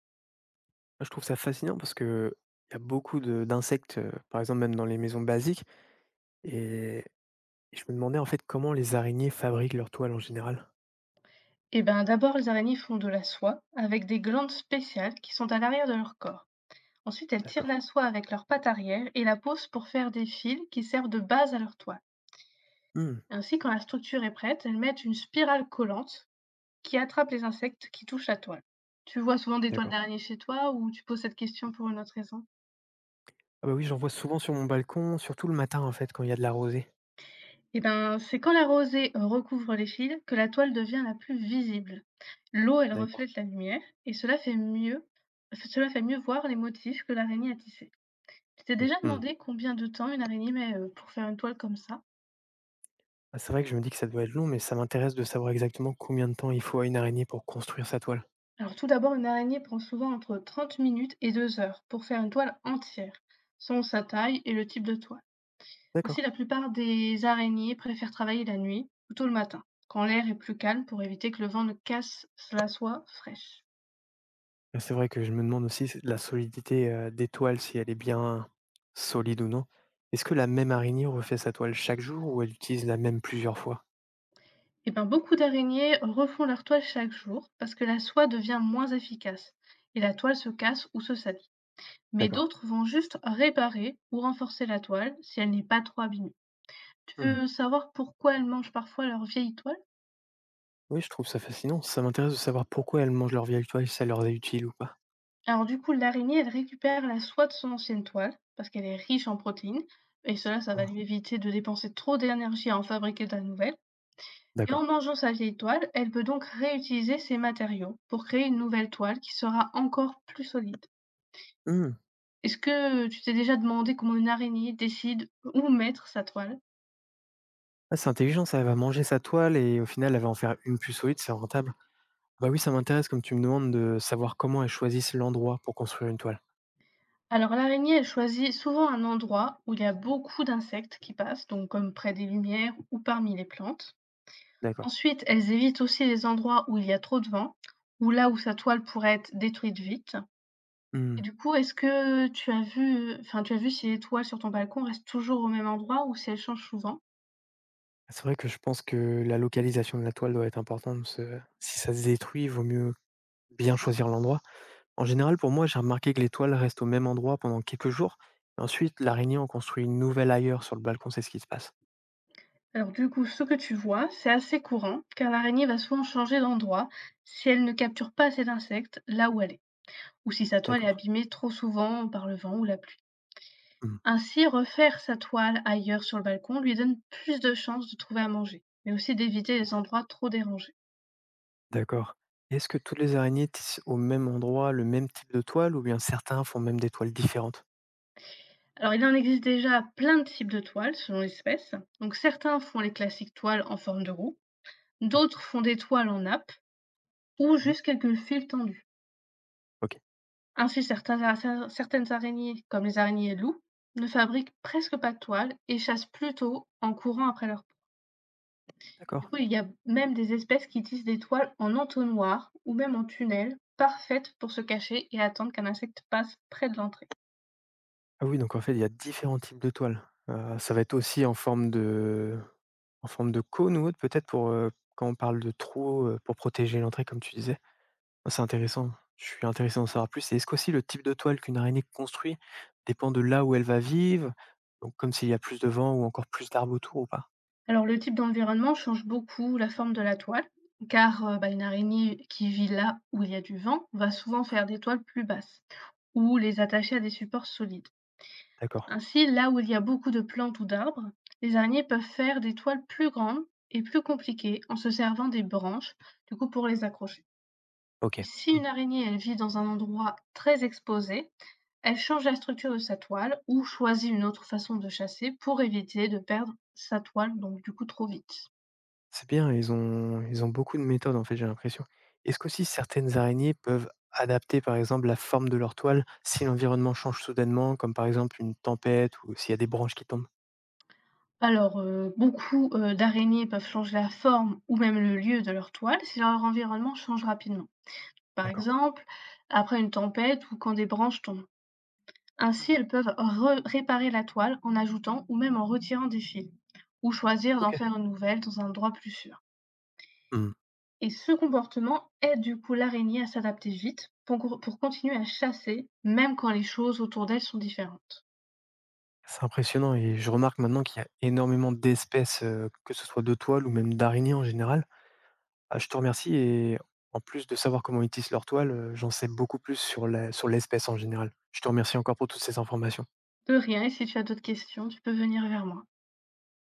Moi, je trouve ça fascinant parce que il y a beaucoup de d'insectes, par exemple, même dans les maisons basiques, et je me demandais, en fait, comment les araignées fabriquent leur toile en général? Eh ben, d'abord, les araignées font de la soie avec des glandes spéciales qui sont à l'arrière de leur corps. Ensuite, elles tirent D'accord. la soie avec leurs pattes arrière et la posent pour faire des fils qui servent de base à leur toile. Mmh, Ainsi, quand la structure est prête, elles mettent une spirale collante qui attrape les insectes qui touchent la toile. Tu vois souvent des toiles d'accord. d'araignées chez toi ou tu poses cette question pour une autre raison? Ah bah, oui, j'en vois souvent sur mon balcon, surtout le matin, en fait, quand il y a de la rosée. Eh ben, c'est quand la rosée recouvre les fils que la toile devient la plus visible. L'eau, elle D'accord, reflète la lumière et cela fait mieux voir les motifs que l'araignée a tissés. Tu t'es déjà oui, mmh. demandé combien de temps une araignée met pour faire une toile comme ça? Ah, c'est vrai que je me dis que ça doit être long, mais ça m'intéresse de savoir exactement combien de temps il faut à une araignée pour construire sa toile. Alors tout d'abord, une araignée prend souvent entre 30 minutes et 2 heures pour faire une toile entière, selon sa taille et le type de toile. Ainsi, D'accord. la plupart des araignées préfèrent travailler la nuit ou tôt le matin, quand l'air est plus calme pour éviter que le vent ne casse la soie fraîche. C'est vrai que je me demande aussi, la solidité, des toiles, si elle est bien solide ou non. Est-ce que la même araignée refait sa toile chaque jour ou elle utilise la même plusieurs fois? Et ben, beaucoup d'araignées refont leur toile chaque jour parce que la soie devient moins efficace et la toile se casse ou se salit. Mais D'accord. d'autres vont juste réparer ou renforcer la toile si elle n'est pas trop abîmée. Tu Mmh. veux savoir pourquoi elles mangent parfois leur vieille toile? Oui, je trouve ça fascinant. Ça m'intéresse de savoir pourquoi elles mangent leur vieille toile, si ça leur est utile ou pas. Alors du coup, l'araignée, elle récupère la soie de son ancienne toile, parce qu'elle est riche en protéines, et cela, ça va Mmh, lui éviter de dépenser trop d'énergie à en fabriquer de la nouvelle. Et en d'accord. mangeant sa vieille toile, elle peut donc réutiliser ces matériaux pour créer une nouvelle toile qui sera encore plus solide. Mmh. Est-ce que tu t'es déjà demandé comment une araignée décide où mettre sa toile? Ah, c'est intelligent ça, elle va manger sa toile et au final, elle va en faire une plus solide, c'est rentable. Bah oui, ça m'intéresse comme tu me demandes de savoir comment elles choisissent l'endroit pour construire une toile. Alors l'araignée, elle choisit souvent un endroit où il y a beaucoup d'insectes qui passent, donc comme près des lumières ou parmi les plantes. D'accord. Ensuite, elles évitent aussi les endroits où il y a trop de vent ou là où sa toile pourrait être détruite vite. Et Mmh. du coup, est-ce que tu as vu si les toiles sur ton balcon restent toujours au même endroit ou si elles changent souvent? Ah, c'est vrai que je pense que la localisation de la toile doit être importante parce que si ça se détruit, il vaut mieux bien choisir l'endroit. En général, pour moi, j'ai remarqué que les toiles restent au même endroit pendant quelques jours. Et ensuite, l'araignée en construit une nouvelle ailleurs sur le balcon, c'est ce qui se passe. Alors du coup, ce que tu vois, c'est assez courant, car l'araignée va souvent changer d'endroit si elle ne capture pas assez d'insectes là où elle est, ou si sa toile est D'accord. abîmée trop souvent par le vent ou la pluie. Hmm, Ainsi, refaire sa toile ailleurs sur le balcon lui donne plus de chances de trouver à manger, mais aussi d'éviter les endroits trop dérangés. d'accord. Est-ce que toutes les araignées tissent au même endroit le même type de toile ou bien certains font même des toiles différentes? Alors, il en existe déjà plein de types de toiles selon l'espèce. Donc, certains font les classiques toiles en forme de roue, Ouais. d'autres font des toiles en nappe ou Mhm. juste quelques fils tendus. Ok. Ainsi, certaines araignées, comme les araignées loups, ne fabriquent presque pas de toiles et chassent plutôt en courant après leur proie. D'accord. Du coup, il y a même des espèces qui tissent des toiles en entonnoir ou même en tunnel, parfaites pour se cacher et attendre qu'un insecte passe près de l'entrée. Ah oui, donc en fait, il y a différents types de toiles. Ça va être aussi en forme de... En forme de cône ou autre peut-être pour, quand on parle de trou, pour protéger l'entrée comme tu disais. Ah c'est intéressant, je suis intéressé d'en savoir plus, et est-ce qu'aussi le type de toile qu'une araignée construit dépend de là où elle va vivre? Donc comme s'il y a plus de vent ou encore plus d'arbres autour ou pas? Alors le type d'environnement change beaucoup la forme de la toile, car une araignée qui vit là où il y a du vent va souvent faire des toiles plus basses ou les attacher à des supports solides. D'accord, Ainsi, là où il y a beaucoup de plantes ou d'arbres, les araignées peuvent faire des toiles plus grandes et plus compliquées en se servant des branches, du coup pour les accrocher. Et OK. si une Mmh. araignée elle vit dans un endroit très exposé, elle change la structure de sa toile ou choisit une autre façon de chasser pour éviter de perdre sa toile, donc du coup trop vite. C'est bien, ils ont beaucoup de méthodes en fait, j'ai l'impression. Est-ce qu'aussi certaines araignées peuvent adapter par exemple la forme de leur toile si l'environnement change soudainement comme par exemple une tempête ou s'il y a des branches qui tombent? Alors, beaucoup, d'araignées peuvent changer la forme ou même le lieu de leur toile si leur environnement change rapidement. Par D'accord. exemple, après une tempête ou quand des branches tombent. Ainsi, Mmh. elles peuvent re réparer la toile en ajoutant ou même en retirant des fils, ou choisir d'en OK. faire une nouvelle dans un endroit plus sûr. Mmh. Et ce comportement aide du coup l'araignée à s'adapter vite pour con pour continuer à chasser, même quand les choses autour d'elle sont différentes. C'est impressionnant et je remarque maintenant qu'il y a énormément d'espèces, que ce soit de toiles ou même d'araignées en général. Ah, je te remercie, et en plus de savoir comment ils tissent leurs toiles, j'en sais beaucoup plus sur la sur l'espèce en général. Je te remercie encore pour toutes ces informations. De rien et si tu as d'autres questions, tu peux venir vers moi.